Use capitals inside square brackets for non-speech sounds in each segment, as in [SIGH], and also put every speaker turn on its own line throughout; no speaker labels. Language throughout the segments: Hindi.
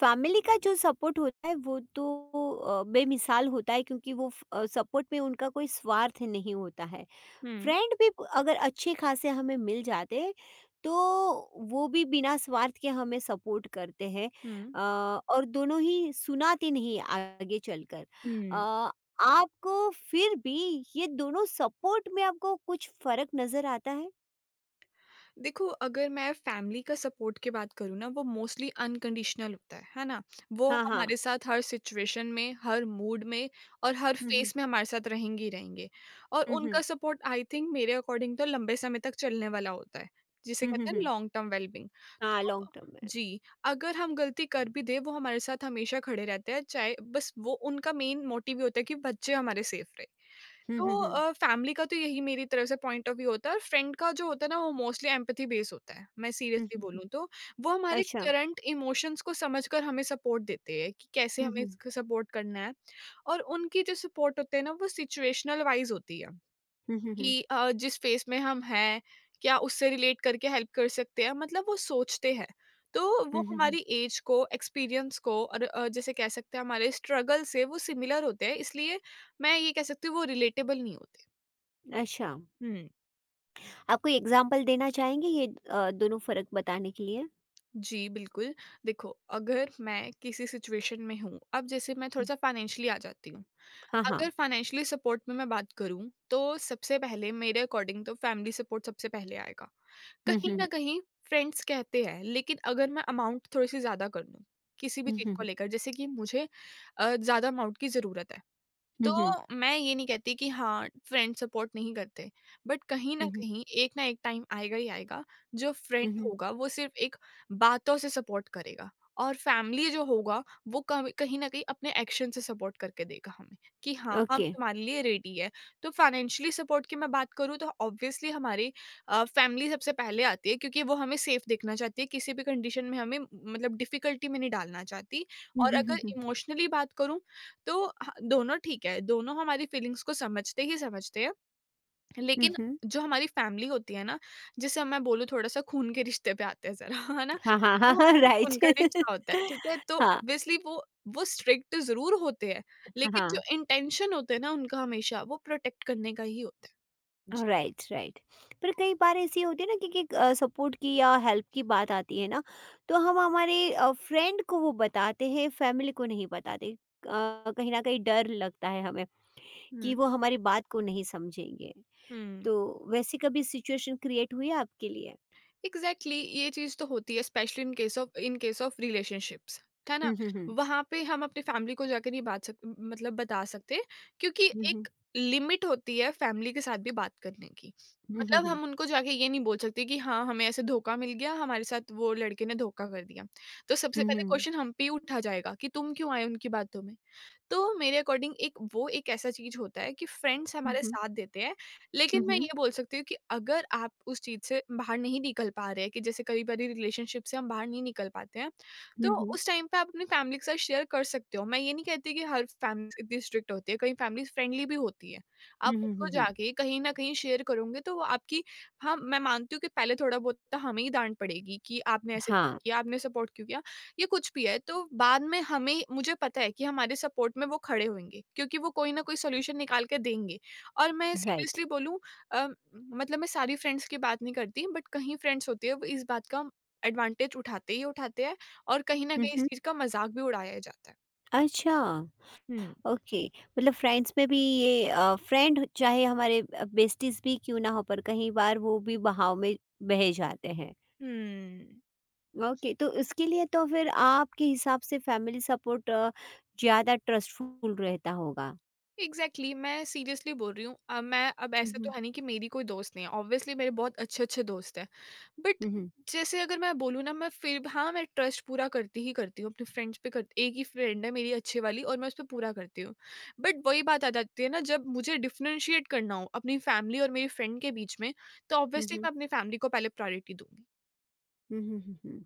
फैमिली का जो सपोर्ट होता है वो तो बेमिसाल होता है, क्योंकि वो सपोर्ट में उनका कोई स्वार्थ नहीं होता है।
हम्म
फ्रेंड भी अगर अच्छे खासे हमें मिल जाते हैं, तो वो भी बिना स्वार्थ के हमें सपोर्ट करते हैं।
हम्म
अ, और दोनों ही सुनाते नहीं आगे चलकर।
हम्म
अ, आपको फिर भी ये दोनों सपोर्ट में आपको कुछ फर्क नजर आता है?
देखो, अगर मैं फैमिली का सपोर्ट की बात करूँ ना, वो मोस्टली अनकंडीशनल होता है ना। वो
हाँ हाँ।
हमारे साथ हर सिचुएशन में, हर मूड में और हर
हम्म
फेस में हमारे साथ रहेंगे ही रहेंगे। और
हम्म।
उनका सपोर्ट आई थिंक मेरे अकॉर्डिंग तो लंबे समय तक चलने वाला होता है, जिसे
हम्म हम्म
कहते हैं
हम्म,
लॉन्ग टर्म वेलबिंग।
हाँ, लॉन्ग
तो
टर्म में।
जी, अगर हम गलती कर भी दे वो हमारे साथ हमेशा खड़े रहते हैं, चाहे बस वो उनका मेन मोटिव ही होता है कि बच्चे हमारे सेफ रहे।
हम्म
तो
हम्म हम्म
फैमिली का तो यही मेरी तरफ से पॉइंट ऑफ व्यू होता है। और फ्रेंड का जो होता है ना, वो मोस्टली एम्पैथी बेस होता है, मैं सीरियसली
हम्म।
बोलूँ तो। वो हमारे
अच्छा।
करंट इमोशंस को समझकर हमें सपोर्ट देते हैं कि कैसे
हुँ,
हमें
हुँ।
इसको सपोर्ट करना है। और उनकी जो सपोर्ट होते हैं ना, वो सिचुएशनल वाइज़ होती है,
हुँ, हुँ, हुँ।
कि जिस फ़ेज़ में हम हैं, क्या उससे रिलेट करके हेल्प कर सकते हैं, मतलब वो सोचते हैं। तो
हुँ,
वो
हुँ, हुँ।
हमारी एज को, एक्सपीरियंस को और जैसे कह सकते हैं हमारे स्ट्रगल से वो सिमिलर होते हैं, इसलिए मैं ये कह सकती हूँ वो रिलेटेबल नहीं होते।
अच्छा,
हम्म।
आप कोई एग्ज़ाम्पल देना चाहेंगे, ये दोनों फ़र्क बताने के लिए?
जी बिल्कुल। देखो, अगर मैं किसी सिचुएशन में हूँ, अब जैसे मैं थोड़ा
हुँ।
सा फाइनेंशियली आ जाती हूँ।
हाँ, हाँ।
अगर फाइनेंशियली सपोर्ट में मैं बात करूँ तो सबसे पहले मेरे अकॉर्डिंग तो फैमिली सपोर्ट सबसे पहले आएगा,
हुँ,
कहीं
हुँ,
ना
हुँ।
कहीं। फ्रेंड्स कहते हैं, लेकिन अगर मैं अमाउंट थोड़ी सी ज्यादा कर लूँ किसी भी चीज को
हुँ,
लेकर, जैसे कि मुझे ज्यादा अमाउंट की जरूरत है,
हुँ,
तो
हुँ।
मैं ये नहीं कहती कि हाँ, फ्रेंड सपोर्ट नहीं करते, बट कहीं
हुँ,
न
हुँ।
कहीं एक ना एक टाइम आएगा ही आएगा, जो
हुँ, हुँ। हुँ,
फ्रेंड
हुँ।
होगा वो सिर्फ़ एक बातों से सपोर्ट करेगा, और फैमिली जो होगा वो कम कहीं न कहीं अपने एक्शन से सपोर्ट करके देगा हमें, कि हाँ, हम
ओके।
तुम्हारे लिए रेडी है। तो फाइनेंशियली सपोर्ट की मैं बात करूँ तो ऑब्वियसली हमारी फैमिली सबसे पहले आती है, क्योंकि वो हमें सेफ देखना चाहती है, किसी भी कंडीशन में हमें मतलब डिफ़िकल्टी में नहीं डालना चाहती।
हुँ,
और
हुँ, हुँ,
अगर
हुँ।
इमोशनली बात करूँ तो ह दोनों ठीक है, दोनों हमारी फीलिंग्स को समझते ही समझते हैं,
हुँ,
लेकिन
हुँ।
जो हमारी फैमिली होती है ना, जिसे मैं बोलूँ थोड़ा-सा खून के रिश्ते पे आते हैं ज़रा, [LAUGHS] है ना?
हाँ, हाँ, हाँ,
वो
हाँ,
हमारे
राइट।
खून का
[LAUGHS]
रिश्ता होता है, ठीक है? तो
हाँ,
ऑब्वियसली वो स्ट्रिक्ट ज़रूर होते हैं,
हाँ,
लेकिन जो
हाँ।
इंटेंशन होते हैं ना उनका हमेशा, वो प्रोटेक्ट करने का ही होता है। जी।
Right, right. पर कई बार ऐसी होती है ना कि सपोर्ट की या हेल्प की बात आती है ना, तो हम हमारे फ्रेंड को वो बताते हैं, फैमिली को नहीं बताते। कहीं न कहीं डर लगता है हमें, कि
हुँ,
वो हमारी बात को नहीं समझेंगे।
हुँ।
तो वैसी कभी सिचुएशन क्रिएट हुई है आपके लिए?
एग्जैक्टली exactly, ये चीज तो होती है specially in case of relationships, है ना।
हुँ, हुँ, हुँ।
वहां पे हम अपने फैमिली को जाकर नहीं मतलब बता सकते, क्योंकि
हुँ, हुँ।
एक लिमिट होती है फैमिली के साथ भी बात करने की।
हुँ, हुँ,
मतलब
हुँ।
हम उनको जाके ये नहीं बोल सकते कि हाँ हमें ऐसे धोखा मिल गया, हमारे साथ वो लड़के ने धोखा कर दिया, तो सबसे
हुँ,
पहले
हुँ।
क्वेश्चन हम पे ही उठा जाएगा कि तुम क्यों आए उनकी बातों में। तो मेरे अकॉर्डिंग एक ऐसा चीज़ होता है कि फ्रेंड्स
हुँ,
हमारे
हुँ।
साथ देते हैं,
हुँ,
लेकिन मैं
हुँ।
ये बोल सकती हूँ कि अगर आप उस चीज़ से बाहर नहीं निकल पा रहे हैं, कि जैसे कभी-कभी रिलेशनशिप से हम बाहर नहीं निकल पाते हैं,
हुँ,
तो
हुँ।
उस टाइम पे आप अपनी फैमिली के साथ शेयर कर सकते हो। मैं ये नहीं कहती कि हर फैमिली इतनी स्ट्रिक्ट होती है, कहीं फैमिली फ्रेंडली भी होती है।
हुँ,
आप
हुँ,
उनको
हुँ, हुँ।
जाके कहीं न कहीं शेयर करोगे तो वो आपकी, हाँ, मैं मानती हूँ कि पहले थोड़ा बहुत तो हमें ही डाँट पड़ेगी कि आपने ऐसे क्यों
हाँ,
किया, आपने सपोर्ट क्यों किया। ये कुछ भी है, तो बाद में हमें मुझे पता है कि हमारे सपोर्ट में वो खड़े होंगे, क्योंकि वो कोई ना कोई सॉल्यूशन निकाल के देंगे। और मैं
राइट।
सीरियसली बोलूँ, मतलब मैं सारी फ्रेंड्स की बात नहीं करती, बट कहीं फ्रेंड्स होती है वो इस बात का एडवांटेज उठाते ही उठाते हैं, और कहीं ना
हुँ,
कहीं इस
हुँ।
चीज़ का मजाक भी उड़ाया जाता है।
अच्छा,
हम्म।
ओके। मतलब फ्रेंड्स में भी ये फ्रेंड, चाहे हमारे बेस्टीज़ भी क्यों ना हो, पर कई बार वो भी बहाव में बहे जाते हैं।
हम्म।
ओके,
जी।
तो इसके लिए तो फिर आपके हिसाब से फैमिली सपोर्ट ज़्यादा ट्रस्टफुल रहता होगा।
एग्जैक्टली exactly, मैं सीरियसली बोल रही हूँ। मैं, अब
हुँ,
ऐसा तो
हुँ।
है नहीं कि मेरी कोई दोस्त नहीं है, ऑब्वियसली मेरे बहुत अच्छे अच्छे दोस्त हैं, बट
हुँ, हुँ।
जैसे अगर मैं बोलूँ ना, मैं फिर भी- हाँ मैं ट्रस्ट पूरा करती ही करती हूँ अपने फ्रेंड्स पे, करती एक ही फ्रेंड है मेरी अच्छे वाली और मैं उस पर पूरा करती हूँ। बट वही बात आ जाती है ना, जब मुझे डिफ्रेंशिएट करना हो अपनी फैमिली और मेरी फ्रेंड के बीच में, तो
हुँ,
ऑब्वियसली
हुँ।
मैं अपनी फैमिली को पहले प्रायोरिटी दूंगी।
हुँ, हुँ, हुँ, हुँ।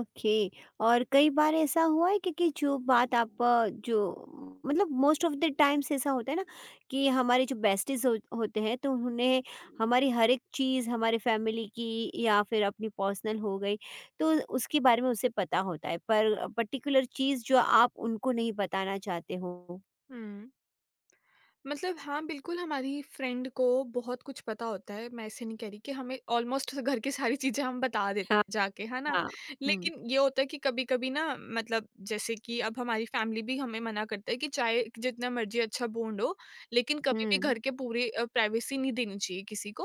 ओके। और कई बार ऐसा हुआ है कि जो बात आप जो मतलब मोस्ट ऑफ़ द टाइम्स ऐसा होता है ना, कि हमारे जो बेस्टीज़ हो होते हैं, तो उन्हें हमारी हर एक चीज़, हमारे फैमिली की या फिर अपनी पर्सनल हो गई, तो उसके बारे में उसे पता होता है। पर पर्टिकुलर चीज़, जो आप उनको नहीं बताना चाहते हो।
हम्म। मतलब हाँ, बिल्कुल हमारी फ्रेंड को बहुत कुछ पता होता है, मैं ऐसे नहीं कह रही कि हमें ऑलमोस्ट [LAUGHS] घर की सारी चीज़ें हम बता देते
हाँ,
हैं जाके, है ना?
हाँ। हुँ,
लेकिन ये होता है कि कभी-कभी ना, मतलब जैसे कि अब हमारी फैमिली भी हमें मना करता है कि चाहे जितना मर्ज़ी अच्छा बॉन्ड हो, लेकिन कभी भी
हुँ,
घर के पूरे प्राइवेसी नहीं देनी चाहिए किसी को।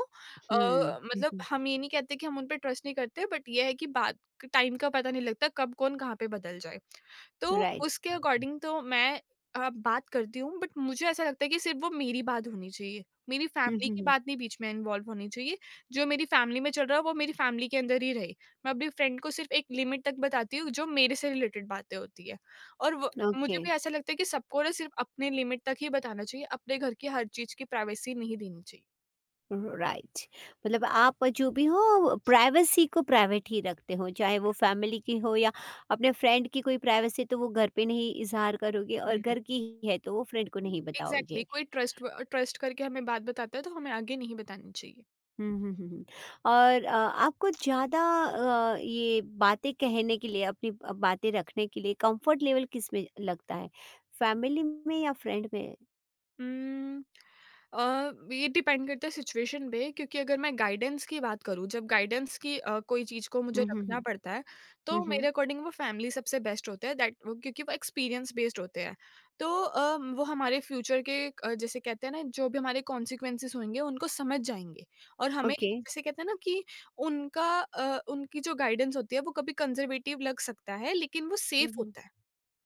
हुँ, हुँ,
मतलब
हुँ।
हम ये नहीं कहते कि हम उन पे ट्रस्ट नहीं करते, बट ये है कि बात, टाइम का पता नहीं लगता, कब कौन कहाँ पे बदल जाए। तो
राइट।
उसके अकॉर्डिंग तो मैं बात करती हूँ, बट मुझे ऐसा लगता है कि सिर्फ़ वो मेरी बात होनी चाहिए। मेरी
हुँ,
फैमिली
हुँ,
की
हुँ।
बात नहीं बीच में इन्वॉल्व होनी चाहिए। जो मेरी फैमिली में चल रहा है वो मेरी फैमिली के अंदर ही रहे। मैं अपनी फ्रेंड को सिर्फ़ एक लिमिट तक बताती हूँ, जो मेरे से रिलेटेड बातें होती है। और व
ओके।
मुझे भी ऐसा लगता है कि सबको ना सिर्फ़ अपने लिमिट तक ही बताना चाहिए। अपने घर की हर चीज़ की प्राइवेसी नहीं देनी चाहिए।
राइट, मतलब आप जो भी हो, प्राइवेसी को प्राइवेट ही रखते हो, चाहे वो फैमिली की हो या अपने फ्रेंड की कोई प्राइवेसी, तो वो घर पे नहीं इजहार करोगे,
हुँ,
और
हुँ।
घर की ही है तो वो फ्रेंड को नहीं
एग्ज़ैक्टली,
बताओगे।
कोई ट्रस्ट करके हमें बात बताता है तो हमें आगे नहीं बतानी चाहिए।
हम्म हम्म, हम्म, हम्म। और आपको ज़्यादा ये बातें कहने के लिए, अपनी बातें रखने के लिए, कंफर्ट लेवल किस में लगता है, फैमिली में या फ्रेंड में?
उम, अ, ये डिपेंड करता है सिचुएशन पे, क्योंकि अगर मैं गाइडेंस की बात करूँ, जब गाइडेंस की कोई चीज़ को मुझे
हम्म हम्म
रखना
हम्म
पड़ता है, तो
हम्म।
मेरे अकॉर्डिंग वो फैमिली सबसे बेस्ट होते हैं, दैट वो क्योंकि वो एक्सपीरियंस बेस्ड होते हैं। तो वो हमारे फ्यूचर के जैसे कहते हैं ना, जो भी हमारे कॉन्सिक्वेंसेज़ होंगे उनको समझ जाएँगे। और हमें
ओके।
जैसे कहते हैं ना कि उनकी जो गाइडेंस होती है वो कभी कंज़र्वेटिव लग सकता है, लेकिन वो सेफ
हम्म।
होता है।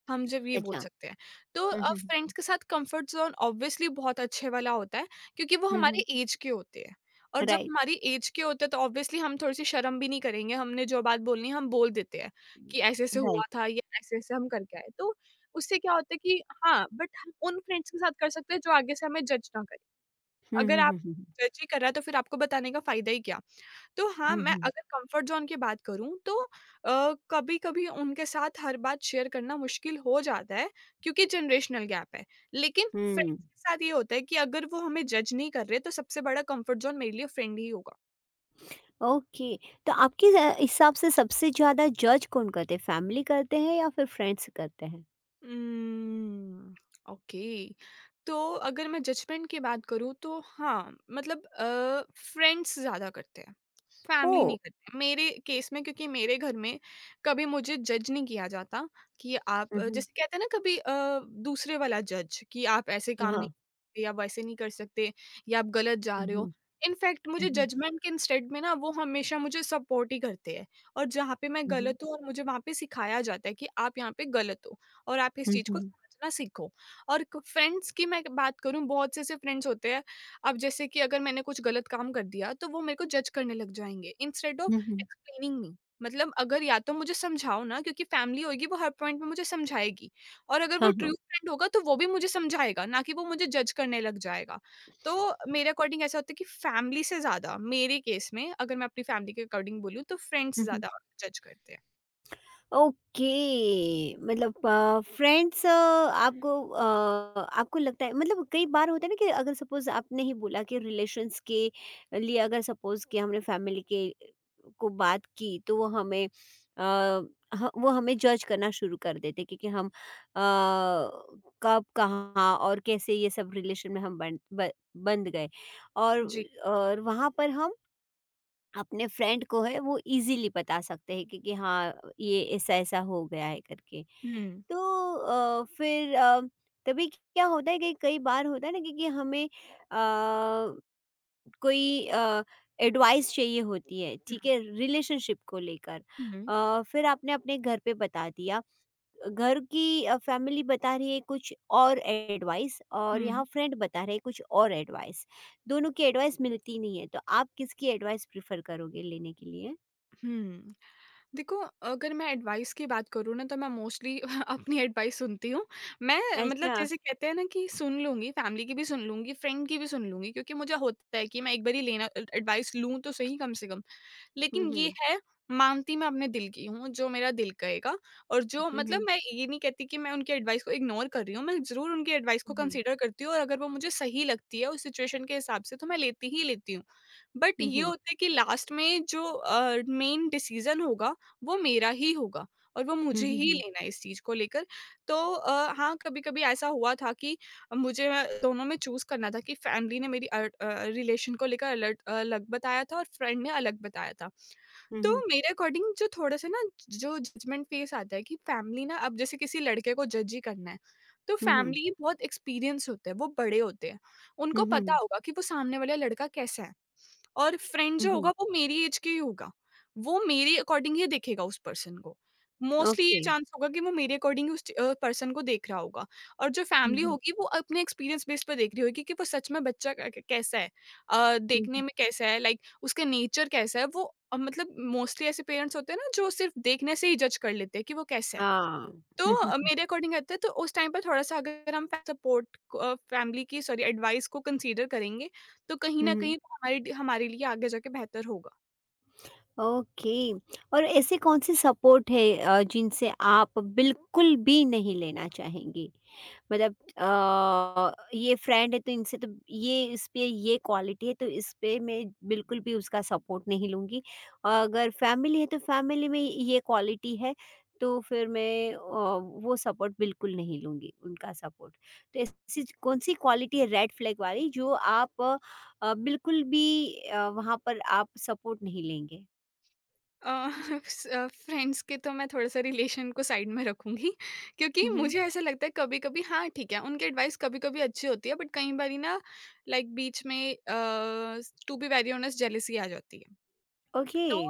हम जब ये बोल
अच्छा।
सकते हैं। तो
हम्म
अब
हम्म
फ्रेंड्स के साथ कंफर्ट ज़ोन ऑब्वियसली बहुत अच्छे वाला होता है, क्योंकि वो
हम्म।
हमारे ऐज के होते हैं। और जब
राइट।
हमारी ऐज के होते हैं, तो ऑब्वियसली हम थोड़ी-सी शर्म भी नहीं करेंगे, हमने जो बात बोलनी है हम बोल देते हैं कि ऐसे-ऐसे हुआ
राइट।
था, या ऐसे-ऐसे हम करके आए। तो उससे क्या होता है कि हाँ, बट हम उन फ्रेंड्स के साथ कर सकते हैं जो आगे से हमें जज ना करें।
हम्म
अगर
हम्म
आप,
हम्म हम्म।
जज ही कर रहा है तो फिर आपको बताने का फ़ायदा ही क्या? तो हाँ,
हुँ,
मैं
हुँ।
अगर कम्फर्ट ज़ोन की बात करूँ तो कभी-कभी उनके साथ हर बात शेयर करना मुश्किल हो जाता है, क्योंकि जनरेशनल गैप है। लेकिन फ्रेंड्स
हुँ,
के साथ ये होता है कि अगर वो हमें जज नहीं कर रहे तो सबसे बड़ा कम्फर्ट ज़ोन मेरे लिए फ्रेंड ही होगा।
ओके। तो आपके हिसाब से सबसे ज़्यादा जज कौन करते हैं? फैमिली करते हैं या फिर फ्रेंड्स करते हैं?
Um, okay. तो अगर मैं जजमेंट की बात करूँ तो हाँ, मतलब फ्रेंड्स ज़्यादा करते हैं। Family
oh!
नहीं करते हैं। मेरे केस में, क्योंकि मेरे घर में कभी मुझे जज नहीं किया जाता कि आप,
हुँ, हुँ।
जैसे कहते हैं ना, कभी दूसरे वाला जज कि आप ऐसे काम नहीं
हाँ।
कर सकते, या वैसे नहीं कर सकते, या आप गलत जा
हुँ,
रहे हो।
हुँ।
इनफैक्ट
हुँ,
मुझे
हुँ।
जजमेंट के इंस्टेड में ना वो हमेशा मुझे सपोर्ट ही करते हैं, और जहाँ पे मैं
हुँ, हुँ।
गलत हूँ और मुझे वहाँ पे सिखाया जाता है कि आप यहाँ पे गलत हो, और आप इस
हुँ,
चीज़ को
हुँ।
समझना सीखो। और क फ्रेंड्स की मैं बात करूँ, बहुत से ऐसे फ्रेंड्स होते हैं, अब जैसे कि अगर मैंने कुछ गलत काम कर दिया तो वो मेरे को जज करने लग जाएँगे इंस्टेड ऑफ
हुँ, हुँ।
Explaining me. मतलब अगर, या तो मुझे समझाओ ना, क्योंकि फैमिली होगी वो हर पॉइंट पे मुझे समझाएगी, और अगर
हाँ,
वो ट्रू
हाँ।
फ्रेंड होगा तो वो भी मुझे समझाएगा, ना कि वो मुझे जज करने लग जाएगा। तो मेरे अकॉर्डिंग ऐसा होता है कि फैमिली से ज़्यादा मेरे केस में, अगर मैं अपनी फैमिली के अकॉर्डिंग बोलूँ, तो फ्रेंड्स
हुँ, हुँ।
ज़्यादा जज करते हैं।
ओके, मतलब फ्रेंड्स आपको लगता है, मतलब कई बार होता है ना, कि अगर सपोज आपने ही बोला कि रिलेशंस के लिए, अगर सपोज कि हमने फैमिली के को बात की, तो वो हमें जज करना शुरू कर देते, क्योंकि हम कब, कहाँ और कैसे ये सब रिलेशन में हम बंध गए, और
जी।
और वहाँ पर हम अपने फ्रेंड को है वो इजीली बता सकते हैं कि हाँ, ये ऐसा ऐसा हो गया है करके।
हुँ, हुँ,
तो फिर तभी क्या होता है, कि कई बार होता है ना कि हमें अ, कोई एडवाइस चाहिए होती है, ठीक है, रिलेशनशिप को लेकर।
हुँ, हुँ।
फिर आपने अपने घर पे बता दिया, घर की फैमिली बता रही है कुछ और एडवाइस, और
हुँ,
यहाँ फ्रेंड बता रहे हैं कुछ और एडवाइस। दोनों की एडवाइस मिलती नहीं है, तो आप किसकी एडवाइस प्रेफर करोगे लेने के लिए?
हुँ। देखो, अगर मैं एडवाइस की बात करूँ ना, तो मैं मोस्टली [LAUGHS] अपनी एडवाइस सुनती हूँ। मैं मतलब
अच्छा।
जैसे कहते हैं ना कि सुन लूँगी, फैमिली की भी सुन लूँगी, फ्रेंड की भी सुन लूँगी, क्योंकि मुझे होता है कि मैं एक बारी लेना एडवाइस लूँ तो सही कम से कम।
हम्म
लेकिन ये
हम्म
है, मानती मैं अपने दिल की हूँ, जो मेरा दिल कहेगा। और जो मतलब
हम्म
मैं ये नहीं कहती कि मैं उनकी एडवाइस को इग्नोर कर रही हूँ, मैं ज़रूर उनकी एडवाइस को
हम्म
कंसीडर करती हूँ और अगर वो मुझे सही लगती है उस सिचुएशन के हिसाब से तो मैं लेती ही लेती हूँ। बट ये
हम्म
होता है कि लास्ट में जो मेन डिसीज़न होगा वो मेरा ही होगा और वो मुझे ही
हम्म
लेना है इस चीज़ को लेकर। तो हाँ, कभी-कभी ऐसा हुआ था कि मुझे दोनों में चूज़ करना था कि फैमिली ने मेरी रिलेशन को लेकर अलर्ट अलग बताया था और फ्रेंड ने अलग बताया था। तो
हम्म
मेरे अकॉर्डिंग जो थोड़ा-सा ना जो जजमेंट फेज़ आता है कि फैमिली ना अब जैसे किसी लड़के को जज ही करना है, तो
हम्म
फैमिली बहुत एक्सपीरियंस होते हैं, वो बड़े होते हैं। उनको
हम्म
पता होगा कि वो सामने वाला लड़का कैसा है। और फ्रेंड जो
हम्म।
होगा वो मेरी एज के ही होगा। वो मेरे अकॉर्डिंग ही देखेगा उस पर्सन को। Mostly
okay.
ये चांस होगा कि वो मेरे अकॉर्डिंग उस पर्सन को देख रहा होगा, और जो फैमिली
हम्म
होगी वो अपने एक्सपीरियंस बेस पे देख रही होगी कि वो सच में बच्चा क क कैसा है?
हम्म।
देखने में कैसा है, लाइक उसका नेचर कैसा है? वो मतलब मोस्टली ऐसे पेरेंट्स होते हैं ना जो सिर्फ़ देखने से ही जज कर लेते हैं कि वो कैसा है।
हाँ।
तो
हम्म
मेरे अकॉर्डिंग रहता है तो उस टाइम पर थोड़ा-सा अगर हम सपोर्ट को फैमिली की, सॉरी, एडवाइस को कंसीडर करेंगे, तो कहीं न
हम्म।
कहीं वो हमारे हमारे लिए आगे जाके बेहतर होगा।
ओके। और ऐसे कौन से सपोर्ट है जिनसे आप बिल्कुल भी नहीं लेना चाहेंगी, मतलब ये फ्रेंड है, तो इनसे तो ये इस पे ये क्वालिटी है, तो इस पे मैं बिल्कुल भी उसका सपोर्ट नहीं लूँगी। अगर फैमिली है तो फैमिली में ये क्वालिटी है, तो फिर मैं वो सपोर्ट बिल्कुल नहीं लूँगी, उनका सपोर्ट। तो ऐसी कौन-सी क्वालिटी है रेड फ्लैग वाली, जो आप बिल्कुल भी वहाँ पर आप सपोर्ट नहीं लेंगे?
अ, स फ्रेंड्स [LAUGHS] के तो मैं थोड़ा-सा रिलेशन को साइड में रखूँगी, क्योंकि
हुँ, हुँ।
मुझे ऐसा लगता है कभी-कभी हाँ, ठीक है, उनकी एडवाइस कभी-कभी अच्छी होती है, बट कई बारी ना, लाइक बीच में to be very honest jealousy आ जाती है।
ओके।
तो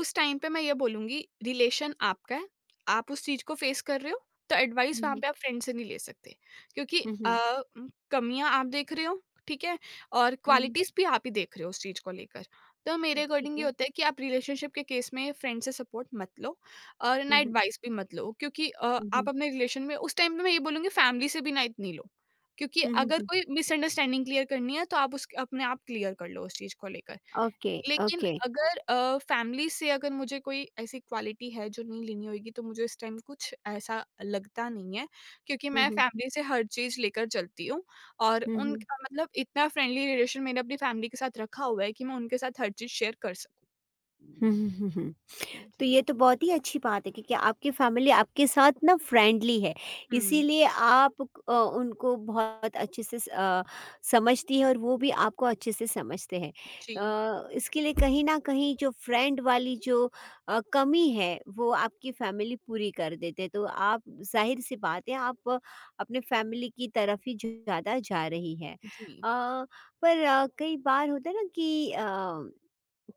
उस टाइम पे मैं ये बोलूँगी, रिलेशन आपका है, आप उस चीज़ को फेस कर रहे हो, तो एडवाइस
हुँ,
वहाँ
हुँ।
पे आप फ्रेंड से नहीं ले सकते क्योंकि
हुँ, हुँ।
कमियाँ आप देख रहे हो, ठीक है? और
हुँ, हुँ।
क्वालिटीज़ भी आप ही देख रहे हो उस चीज़ को लेकर। तो मेरे
ठीक
अकॉर्डिंग ये
है।
होता है कि आप रिलेशनशिप के केस में फ्रेंड से सपोर्ट मत लो और ना
हुँ, हुँ।
एडवाइस भी मत लो, क्योंकि
हुँ,
आप
हुँ।
अपने रिलेशन में उस टाइम पे, मैं ये बोलूँगी, फैमिली से भी ना इतनी लो, क्योंकि
हुँ, हुँ,
अगर
हुँ।
कोई मिसअंडरस्टैंडिंग क्लियर करनी है तो आप उस अपने आप क्लियर कर लो उस चीज़ को लेकर।
Okay.
लेकिन
Okay.
अगर फैमिली से अगर मुझे कोई ऐसी क्वालिटी है जो नहीं लेनी होगी तो मुझे इस टाइम कुछ ऐसा लगता नहीं है, क्योंकि
Uh
मैं
huh.
फैमिली से हर चीज़ लेकर चलती हूँ और
Uh huh.
उनका मतलब इतना फ्रेंडली रिलेशन मैंने अपनी फैमिली के साथ रखा हुआ है कि मैं उनके साथ हर चीज़ शेयर कर सकूँ।
Uh huh. तो
जी।
ये तो बहुत ही अच्छी बात है, क्योंकि आपकी फैमिली आपके साथ ना फ्रेंडली है,
हुँ,
इसीलिए आप उनको बहुत अच्छे से समझती है, और वो भी आपको अच्छे से समझते हैं।
जी,
इसके लिए कहीं ना कहीं, जो फ्रेंड वाली जो कमी है, वो आपकी फैमिली पूरी कर देते हैं। तो आप जाहिर सी बात है, आप अपने फैमिली की तरफ ही ज़्यादा जा रही है।
जी।
पर कई बार होता है ना, कि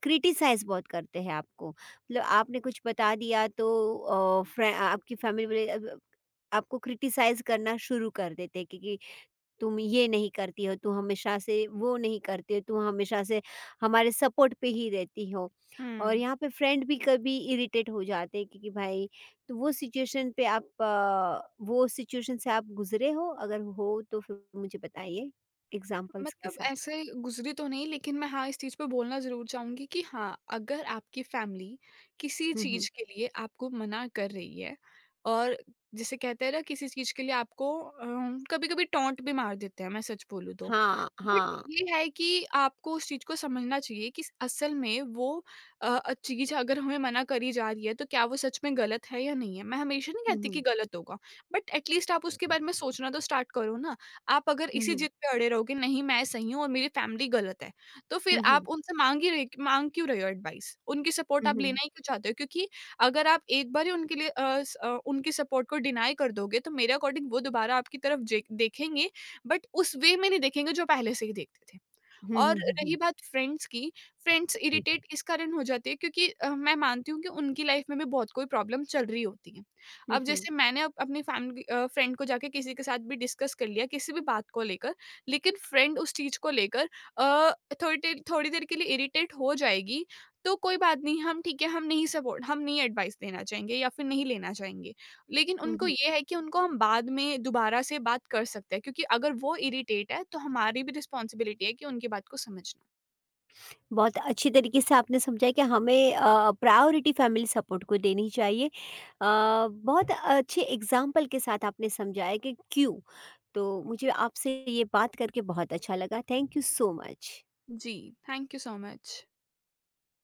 क्रिटिसाइज बहुत करते हैं आपको, मतलब आपने कुछ बता दिया तो अ, फ्रे आपकी फैमिली वाले अब आपको क्रिटिसाइज़ करना शुरू कर देते हैं, क्योंकि तुम ये नहीं करती हो, तुम हमेशा से वो नहीं करती हो, तुम हमेशा से हमारे सपोर्ट पे ही रहती हो। और
हुँ।
यहाँ पे फ्रेंड भी कभी इरिटेट हो जाते हैं, क्योंकि भाई। तो वो सिचुएशन पे आप वो सिचुएशन से आप गुज़रे हो? अगर हो तो फिर मुझे बताइए एग्ज़ाम्पल्स के
मतलब
साथ।
ऐसे गुजरी तो नहीं, लेकिन मैं हाँ इस चीज़ पे बोलना ज़रूर चाहूँगी कि हाँ, अगर आपकी फैमिली किसी
हुँ, हुँ।
चीज़ के लिए आपको मना कर रही है और जिसे कहते हैं ना, किसी चीज़ के लिए आपको कभी-कभी टोंट भी मार देते हैं, मैं सच बोलूँ तो।
हाँ,
बट
हाँ।
ये है कि आपको उस चीज़ को समझना चाहिए कि असल में वो चीज़ अगर हमें मना करी जा रही है तो क्या वो सच में गलत है या नहीं है। मैं हमेशा नहीं
हुँ,
कहती
हुँ।
कि गलत होगा, बट एटलीस्ट आप उसके बारे में सोचना तो स्टार्ट करो ना। आप अगर
हुँ,
इसी
हुँ।
जिद पे अड़े रहोगे नहीं, मैं सही हूँ और मेरी फैमिली गलत है, तो फिर
हुँ, हुँ।
आप उनसे माँग क्यों रहे हो एडवाइस? उनकी सपोर्ट
हुँ,
आप
हुँ।
लेना ही क्यों चाहते हो? क्योंकि अगर आप एक बार ही उनके लिए उनकी सपोर्ट को डिनाई कर दोगे तो मेरे अकॉर्डिंग वो दोबारा आपकी तरफ जे देखेंगे, बट उस वे में नहीं देखेंगे जो पहले से ही देखते थे।
हुँ,
और
हुँ, हुँ,
रही
हुँ।
बात फ्रेंड्स की, फ्रेंड्स इरिटेट इस कारण हो जाती है क्योंकि मैं मानती हूँ कि उनकी लाइफ में भी बहुत कोई प्रॉब्लम चल रही होती है।
हुँ,
अब
हुँ।
जैसे मैंने अप अपनी फ्रेंड को जाके किसी के साथ भी डिस्कस कर लिया किसी भी बात को लेकर, लेकिन फ्रेंड उस चीज़ को लेकर अ, थोड़ी देर के लिए इरिटेट हो जाएगी, तो कोई बात नहीं, हम ठीक है, हम नहीं एडवाइस देना चाहेंगे या फिर नहीं लेना चाहेंगे। लेकिन
हुँ,
उनको
हुँ।
ये है कि उनको हम बाद में दोबारा से बात कर सकते हैं, क्योंकि अगर वो इरिटेट है तो हमारी भी रिस्पॉन्सिबिलिटी है कि उनकी बात को समझना।
बहुत अच्छी तरीके से आपने समझाया कि हमें प्रायोरिटी फैमिली सपोर्ट को देनी चाहिए। बहुत अच्छे एग्ज़ाम्पल के साथ आपने समझाया कि क्यों? तो मुझे आपसे ये बात करके बहुत अच्छा लगा। Thank you so much.
जी, थैंक यू सो मच।